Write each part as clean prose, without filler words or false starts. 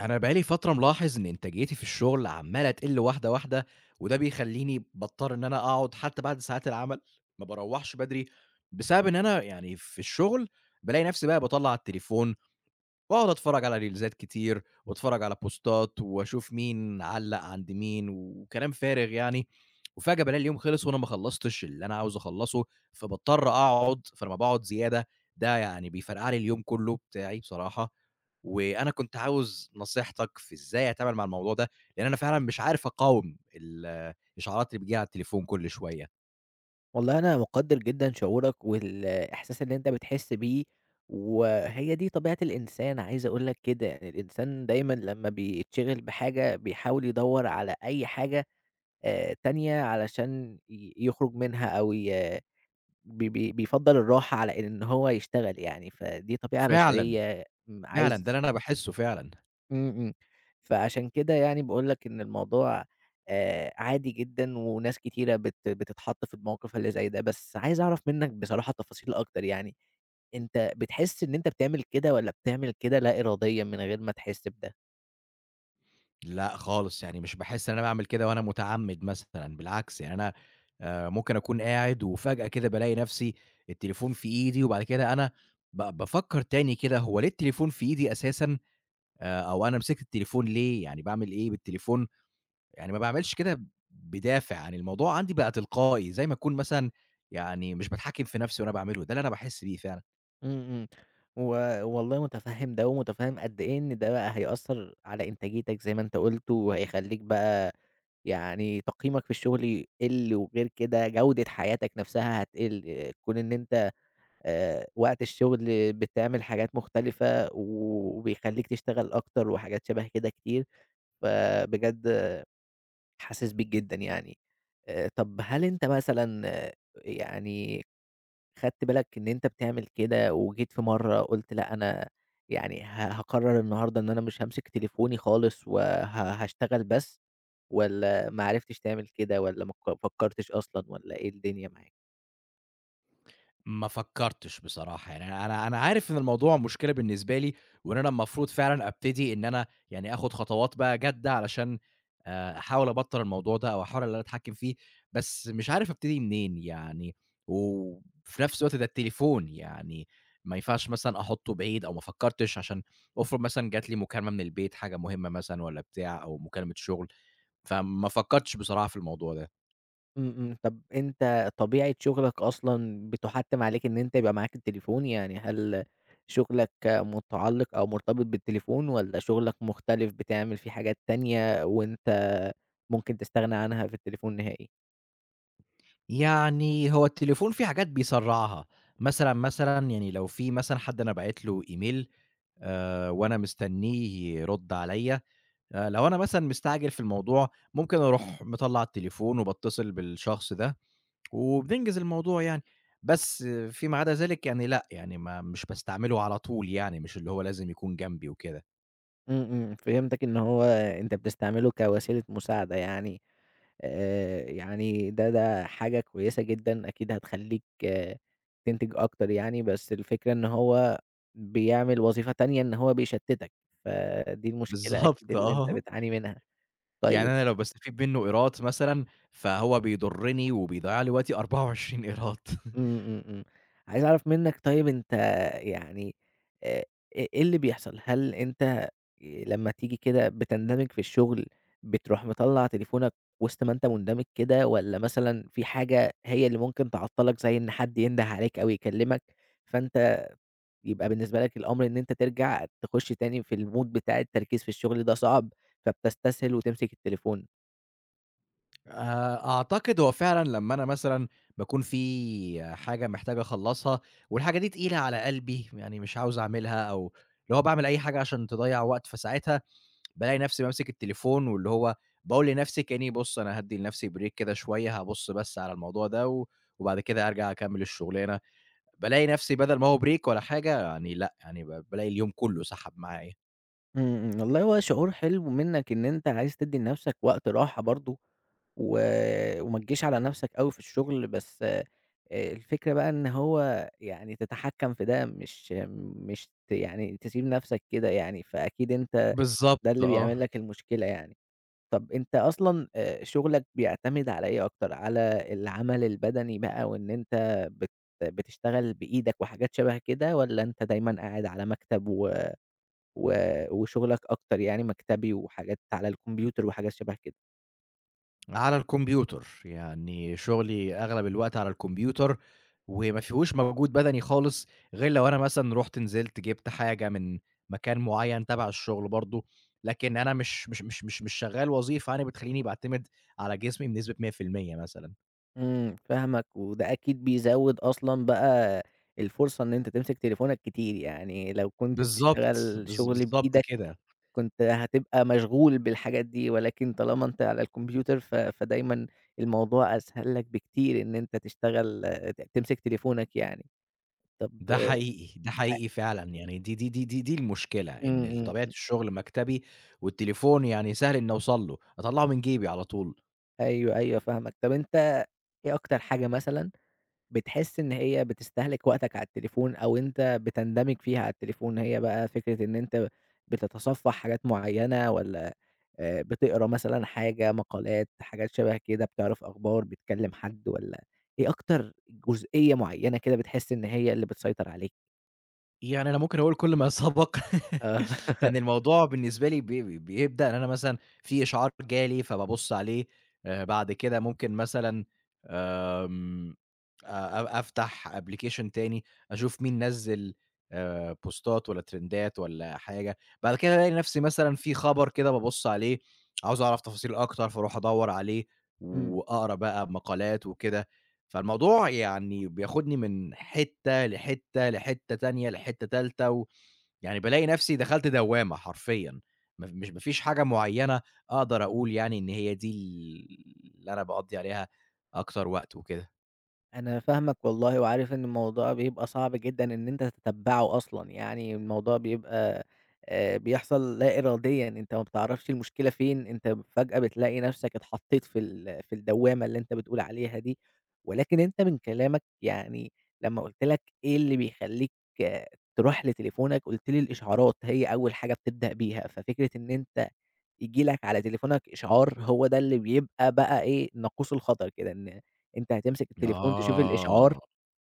أنا بقى لي فترة ملاحظ إن إنتاجيتي في الشغل عمّالة تقِل واحدة، واحدة، وده بيخلّيني باضطر إن أنا أقعد حتى بعد ساعات العمل، ما باروّحش بدري، بسبب إن أنا يعني في الشغل بالاقي نفسي بقى باطلّع التليفون واقعد أتفرّج على ريلزات كتير، وأتفرّج على بوستات، وأشوف مين علّق عند مين، وكلام فارغ يعني، وفجأة بالاقي اليوم خلص وأنا ما خلّصتش اللي أنا عاوز أخلّصه، فباضطر أقعد، فلمّا باقعد زيادة ده يعني بيفرقع لي اليوم كلّه بتاعي بصراحة، وأنا كنت عاوز نصيحتك في إزاي أتعامل مع الموضوع ده، لإن أنا فعلًا مش عارف أقاوم الإشعارات اللي بتيجي لي على التليفون كل شوية. والله أنا مقدّر جدًا شعورك والإحساس اللي أنت بتحس بيه، وهي دي طبيعة الإنسان عايز أقول لك كده، يعني الإنسان دايمًا لمّا بيتشغل بحاجة بيحاول يدوّر على أي حاجة تانية علشان يخرج منها أو ي بي بي بيفضّل الراحة على إن هو يشتغل يعني، فدي طبيعة فعلًا، بشرية فعلًا، ده عايز. اللي أنا باحسّه فعلًا. إمم، إمم. فعشان كده يعني باقول لك إن الموضوع عادي جدًا وناس كتيرة بتتحط في الموقف اللي زي ده، بس عايز أعرف منّك بصراحة تفاصيل أكتر يعني، أنت بتحس إن أنت بتعمل كده والّا بتعمل كده لا إراديًا من غير ما تحس بده؟ لأ خالص، يعني مش باحس إن أنا باعمل كده وأنا متعمِّد مثلًا، بالعكس يعني أنا ممكن أكون قاعد وفجأة كده بالاقي نفسي التليفون في إيدي، وبعد كده أنا بافكّر تاني كده هو ليه التليفون في إيدي أساسًا، أو أنا مسكت التليفون ليه، يعني باعمل إيه بالتليفون، يعني ما باعملش كده بدافع، يعني الموضوع عندي بقى تلقائي، زي ما أكون مثلًا يعني مش باتحكّم في نفسي وأنا باعمله، ده اللي أنا باحس بيه فعلًا. إمم، إمم. و والله متفهّم ده ومتفهّم قد إيه إن ده بقى هيأثّر على إنتاجيتك زي ما أنت قُلت، وهيخلّيك بقى يعني تقييمك في الشغل يقِل، وغير كده جودة حياتك نفسها هتقِل، آه، كون إن أنت وقت الشغل بتعمل حاجات مختلفة وبيخلّيك تشتغل أكتر وحاجات شبه كده كتير، فبجد حاسس بيك جدًا يعني. طب هل أنت مثلًا آه، يعني خدت بالك إن أنت بتعمل كده وجيت في مرّة قُلت لأ أنا يعني هاقرر النهارده إن أنا مش هامسك تليفوني خالص وه هاشتغل بس، والّا ما عرفتش تعمل كده والّا ما فكرتش أصلًا والّا إيه الدنيا معاك؟ ما فكّرتش بصراحة، يعني أنا عارف إن الموضوع مشكلة بالنسبة لي، وإن أنا المفروض فعلًا أبتدي إن أنا يعني آخُد خطوات بقى جادة علشان أحاول أبطّل الموضوع ده أو أحاول إن أنا أتحكّم فيه، بس مش عارف أبتدي منين يعني، وفي نفس الوقت ده التليفون يعني ما ينفعش مثلًا أحُطّه بعيد أو ما فكّرتش عشان افرض مثلًا جات لي مكالمة من البيت حاجة مهمة مثلًا والّا بتاع أو مكالمة شُغل، فما فكّرتش بصراحة في الموضوع ده. إمم، إمم. طب أنت طبيعة شغلك أصلًا بتُحتِّم عليك إن أنت يبقى معاك التليفون؟ يعني هل شغلك مُتعلِّق أو مرتبط بالتليفون والّا شغلك مختلف بتعمل فيه حاجات تانية وأنت ممكن تستغنى عنها في التليفون نهائي؟ يعني هو التليفون فيه حاجات بيسرّعها، مثلًا، مثلًا يعني لو في مثلًا حد أنا باعت له إيميل وأنا مستنّيه يرُد عليَّ، لو أنا مثلًا مستعجل في الموضوع ممكن أروح مطلّع التليفون وباتصل بالشخص ده وبننجز الموضوع يعني، بس فيما عدا ذلك يعني لأ، يعني ما مش باستعمله على طول يعني، مش اللي هو لازم يكون جنبي وكده. إمم، إمم، فهمتك إن هو أنت بتستعمله كوسيلة مساعدة يعني، يعني ده حاجة كويسة جدًا أكيد هتخلّيك آه، تنتج أكتر يعني، بس الفكرة إن هو بيعمل وظيفة تانية إن هو بيشتتك، فدي المشكلة أكيد بالضبط اللي أنت آه، بتعاني منها. يعني طيب. أنا لو باستفيد منه قيراط مثلًا، فهو بيضرّني وبيضيّع لي وقتي 24 قيراط. إمم، إمم، إمم. عايز أعرف منّك طيب أنت يعني آآ إيه اللي بيحصل؟ هل أنت لمّا تيجي كده بتندمج في الشغل، بتروح مطلّع تليفونك وسط ما أنت مندمج كده والّا مثلًا في حاجة هي اللي ممكن تعطّلك زي إن حد ينده عليك أو يكلّمك، فأنت يبقى بالنسبة لك الأمر إن أنت ترجع تخُش تاني في الmood بتاع التركيز في الشغل ده صعب، فبتستسهل وتمسك التليفون؟ أعتقد هو فعلًا لمّا أنا مثلًا باكون في حاجة محتاج أخلّصها والحاجة دي تقيلة على قلبي، يعني مش عاوز أعملها أو اللي هو باعمل أي حاجة عشان تضيّع وقت، فساعتها بالاقي نفسي بامسك التليفون واللي هو باقول لنفسي كإني بُص أنا هادّي لنفسي break كده شوية، هابُص بس على الموضوع ده وبعد كده أرجع أكمّل الشغلانة، بالاقي نفسي بدل ما هو break ولا حاجة يعني لأ، يعني بالاقي اليوم كُلّه سَحَب معايا. إمم، إمم، والله هو شعور حلو منّك إن أنت عايز تدّي لنفسك وقت راحة برضه، و وما تجيش على نفسك أوي في الشغل، بس الفكرة بقى إن هو يعني تتحكّم في ده مش يعني تسيب نفسك كده يعني، فأكيد أنت بالضبط ده اللي بيعمل آه. لك المشكلة يعني. طَب أنت أصلًا شغلك بيعتمد على إيه أكتر، على العمل البدني بقى وإن أنت بتشتغل بإيدك وحاجات شَبه كده والّا أنت دايمًا قاعد على مكتب و وشغلك أكتر يعني مكتبي وحاجات على الكمبيوتر وحاجات شبه كده. على الكمبيوتر، يعني شغلي أغلب الوقت على الكمبيوتر، وما فيهوش مجهود بدني خالص، غير لو أنا مثلًا رُحت نزلت جِبت حاجة من مكان معيّن تبع الشغل برضه، لكن أنا مش شغّال وظيفة يعني بتخلّيني باعتمد على جسمي بنسبة 100% مثلًا. فاهمك، وده أكيد بيزوّد أصلًا بقى الفرصة إن أنت تمسك تليفونك كتير، يعني لو كنت بالضبط، بتشتغل بالض شغل بالضبط بإيدك كده، كنت هتبقى مشغول بالحاجات دي، ولكن طالما أنت على الكمبيوتر فدايمًا الموضوع أسهل لك بكتير إن أنت تشتغل آه، تمسك تليفونك يعني. طب ده آه. حقيقي، ده ع حقيقي فعلًا، يعني دي المشكلة، إمم، إن ال إمم، طبيعة إمم، الشغل مكتبي والتليفون يعني سهل إني أوصل له، أطلّعه من جيبي على طول. أيوه، أيوه فاهمك. طب أنت إيه أكتر حاجة مثلًا بتحس إن هي بتستهلك وقتك على التليفون أو أنت بتندمج فيها على التليفون، هي بقى فكرة إن أنت بتتصفح حاجات معيّنة والّا بتقرا مثلًا حاجة، مقالات، حاجات شبه كده، بتعرف أخبار، بتكلم حد والّا إيه أكتر جزئية معيّنة كده بتحس إن هي اللي بتسيطر عليك؟ يعني أنا ممكن أقول كل ما سبق، آه. يعني الموضوع بالنسبة لي بيبدأ إن أنا مثلًا في إشعار جالي فبابُص عليه، بعد كده ممكن مثلًا آمم، أ أ أفتح application تاني، أشوف مين نزّل بوستات والّا ترندات والّا حاجة، بعد كده ألاقي نفسي مثلًا في خبر كده بابُص عليه، عاوز أعرف تفاصيل أكتر فاروح أدوّر عليه إمم، وأقرا بقى مقالات وكده. فالموضوع يعني بياخدني من حتّة لحتّة، لحتّة تانية، لحتّة تالتة، ويعني بالاقي نفسي دخلت دوّامة حرفيًا، ما ف مش ما فيش حاجة معيّنة أقدر أقول يعني إن هي دي اللي أنا باقضّي عليها أكتر وقت وكده. أنا فاهمك والله، وعارف إن الموضوع بيبقى صعب جدًا إن أنت تتتبّعه أصلًا، يعني الموضوع بيبقى بيحصل لا إراديًا، أنت ما بتعرفش المشكلة فين، أنت فجأة بتلاقي نفسك اتحطيت في في الدوّامة اللي أنت بتقول عليها دي، ولكن أنت من كلامك يعني لمّا قُلت لك إيه اللي بيخلّيك آه، تروح لتليفونك، قُلت لي الإشعارات هي أول حاجة بتبدأ بيها، ففكرة إن أنت ييجي لك على تليفونك إشعار، هو ده اللي بيبقى بقى إيه، ناقوس الخطر كده، إن أنت هتمسك التليفون تشوف الإشعار، آه.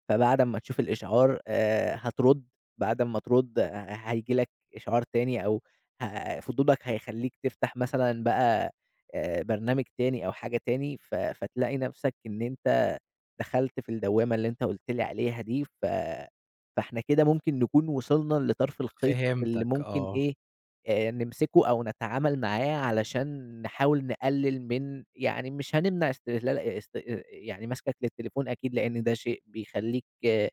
فبعد أمّا تشوف الإشعار هترُد، بعد أمّا ترُد هييجي لك إشعار تاني أو فضولك هيخلّيك تفتح مثلًا بقى برنامج تاني أو حاجة تاني، فتلاقي نَفْسك إن أنت دخلت في الدوّامة اللي أنت قُلت لي عليها دي، فإحنا كده ممكن نكون وصلنا لطرف الخيط اللي فهمتك ممكن آه، إيه نمسكه أو نتعامل معاه علشان نحاول نقلل من يعني مش هنمنع استهلال است يعني مسكك للتليفون أكيد، لأن ده شيء بيخلّيك آه،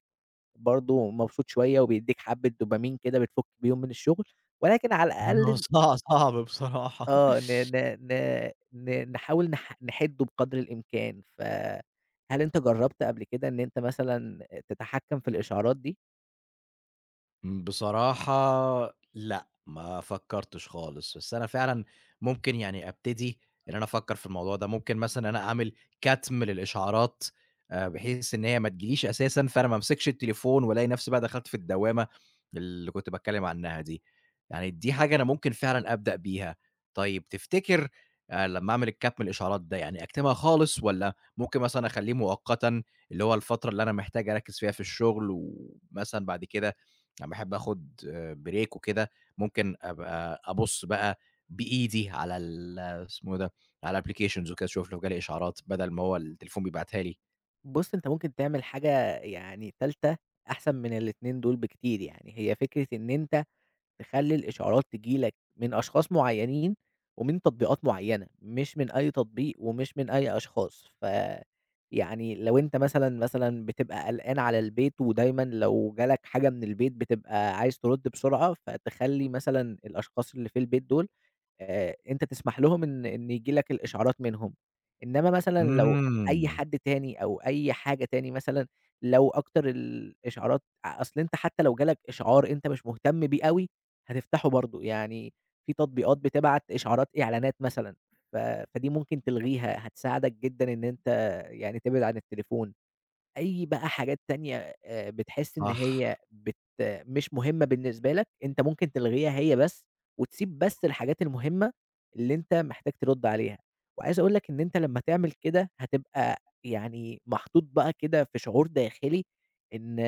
برضه مبسوط شوية وبيدّيك حبّة دوبامين كده بتفُك بيهم من الشغل، ولكن على هو الأقل صعب بصراحة. آه ن ن ن ن نحاول نحدّه بقدر الإمكان، فهل أنت جرّبت قبل كده إن أنت مثلًا تتحكم في الإشعارات دي؟ بصراحة لأ، ما فكّرتش خالص، بس أنا فعلًا ممكن يعني أبتدي إن أنا أفكّر في الموضوع ده، ممكن مثلًا أنا أعمل كَتم للإشعارات بحيث إن هي ما تجيليش أساسًا، فأنا ما امسكش التليفون وألاقي نفسي بقى دخلت في الدوّامة اللي كنت باتكلّم عنها دي، يعني دي حاجة أنا ممكن فعلًا أبدأ بيها. طيب تفتكر لمّا أعمل الكَتم الإشعارات ده يعني أكتمها خالص والّا ممكن مثلًا أخلّيه مؤقتًا، اللي هو الفترة اللي أنا محتاج أركّز فيها في الشغل ومثلًا بعد كده أنا باحب آخُد break وكده، ممكن أبقى أبُص بقى بإيدي على ال اسمه إيه ده، على applications وكده، أشوف لو جالي إشعارات بدل ما هو التليفون بيبعتها لي. بُص، أنت ممكن تعمل حاجة يعني تالتة أحسن من الاتنين دول بكتير، يعني هي فكرة إن أنت تخلّي الإشعارات تيجي لك من أشخاص معيّنين ومن تطبيقات معيّنة، مش من أي تطبيق ومش من أي أشخاص، يعني لو أنت مثلًا، مثلًا بتبقى قلقان على البيت ودايمًا لو جالك حاجة من البيت بتبقى عايز ترُد بسرعة، فتخلّي مثلًا الأشخاص اللي في البيت دول أنت تسمح لهم إن ييجي لك الإشعارات منهم، إنما مثلًا لو أي إمم، حد تاني أو أي حاجة تاني مثلًا لو أكتر الإشعارات أصل أنت حتى لو جه لك إشعار أنت مش مهتم بيه أوي، هتفتحه برضه، يعني في تطبيقات بتبعت إشعارات إعلانات مثلًا، ف فدي ممكن تلغيها، هتساعدك جدًا إن أنت يعني تبعد عن التليفون. أي بقى حاجات تانية بتحس إن صح، هي مش مهمة بالنسبة لك، أنت ممكن تلغيها هي بس، وتسيب بس الحاجات المهمة اللي أنت محتاج ترُد عليها. وعايز أقول لك إن أنت لمّا تعمل كده هتبقى يعني محطوط بقى كده في شعور داخلي إن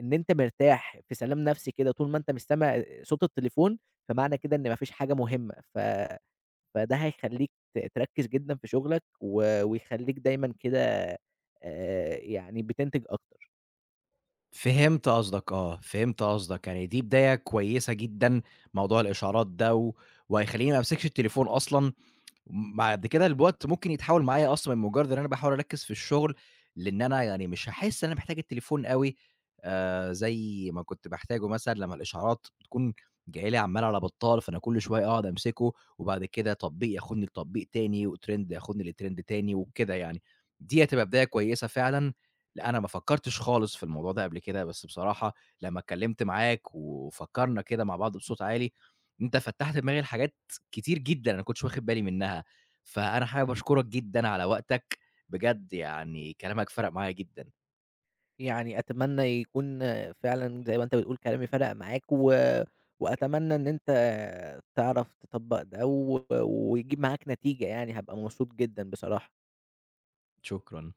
إن أنت مرتاح، في سلام نفسي كده، طول ما أنت مش سامع صوت التليفون، فمعنى كده إن ما فيش حاجة مهمة فده هيخلّيك تركّز جدًا في شغلك ويخلّيك دايمًا كده يعني بتنتج أكتر. فهمت قصدك آه، فهمت قصدك، يعني دي بداية كويسة جدًا موضوع الإشعارات ده وهيخلّيني ما أمسكش التليفون أصلًا بعد كده الوقت ممكن يتحول معايا أصلًا من مجرد إن أنا باحاول أركّز في الشغل، لإن أنا يعني مش هاحس إن أنا محتاج التليفون أوي زي ما كنت باحتاجه مثلًا لمّا الإشعارات بتكون جاية لي عمّال على بطّال، فأنا كل شوية أقعد أمسكه، وبعد كده تطبيق ياخدني لتطبيق تاني، وtrend ياخدني لtrend تاني وكده يعني. دي هتبقى بداية كويسة فعلًا، لأ أنا ما فكّرتش خالص في الموضوع ده قبل كده، بس بصراحة لمّا اتكلمت معاك وفكّرنا كده مع بعض بصوت عالي، أنت فتّحت دماغي لحاجات كتير جدًا، أنا ما كنتش واخد بالي منها، فأنا حابب أشكرك جدًا على وقتك، بجد يعني كلامك فرَق معايا جدًا، يعني أتمنى يكون فعلًا زي ما أنت بتقول كلامي فرَق معاك وأتمنى إن أنت تعرف تطبّق ده ويجيب معاك نتيجة يعني، هابقى مبسوط جدًا بصراحة. شكرًا.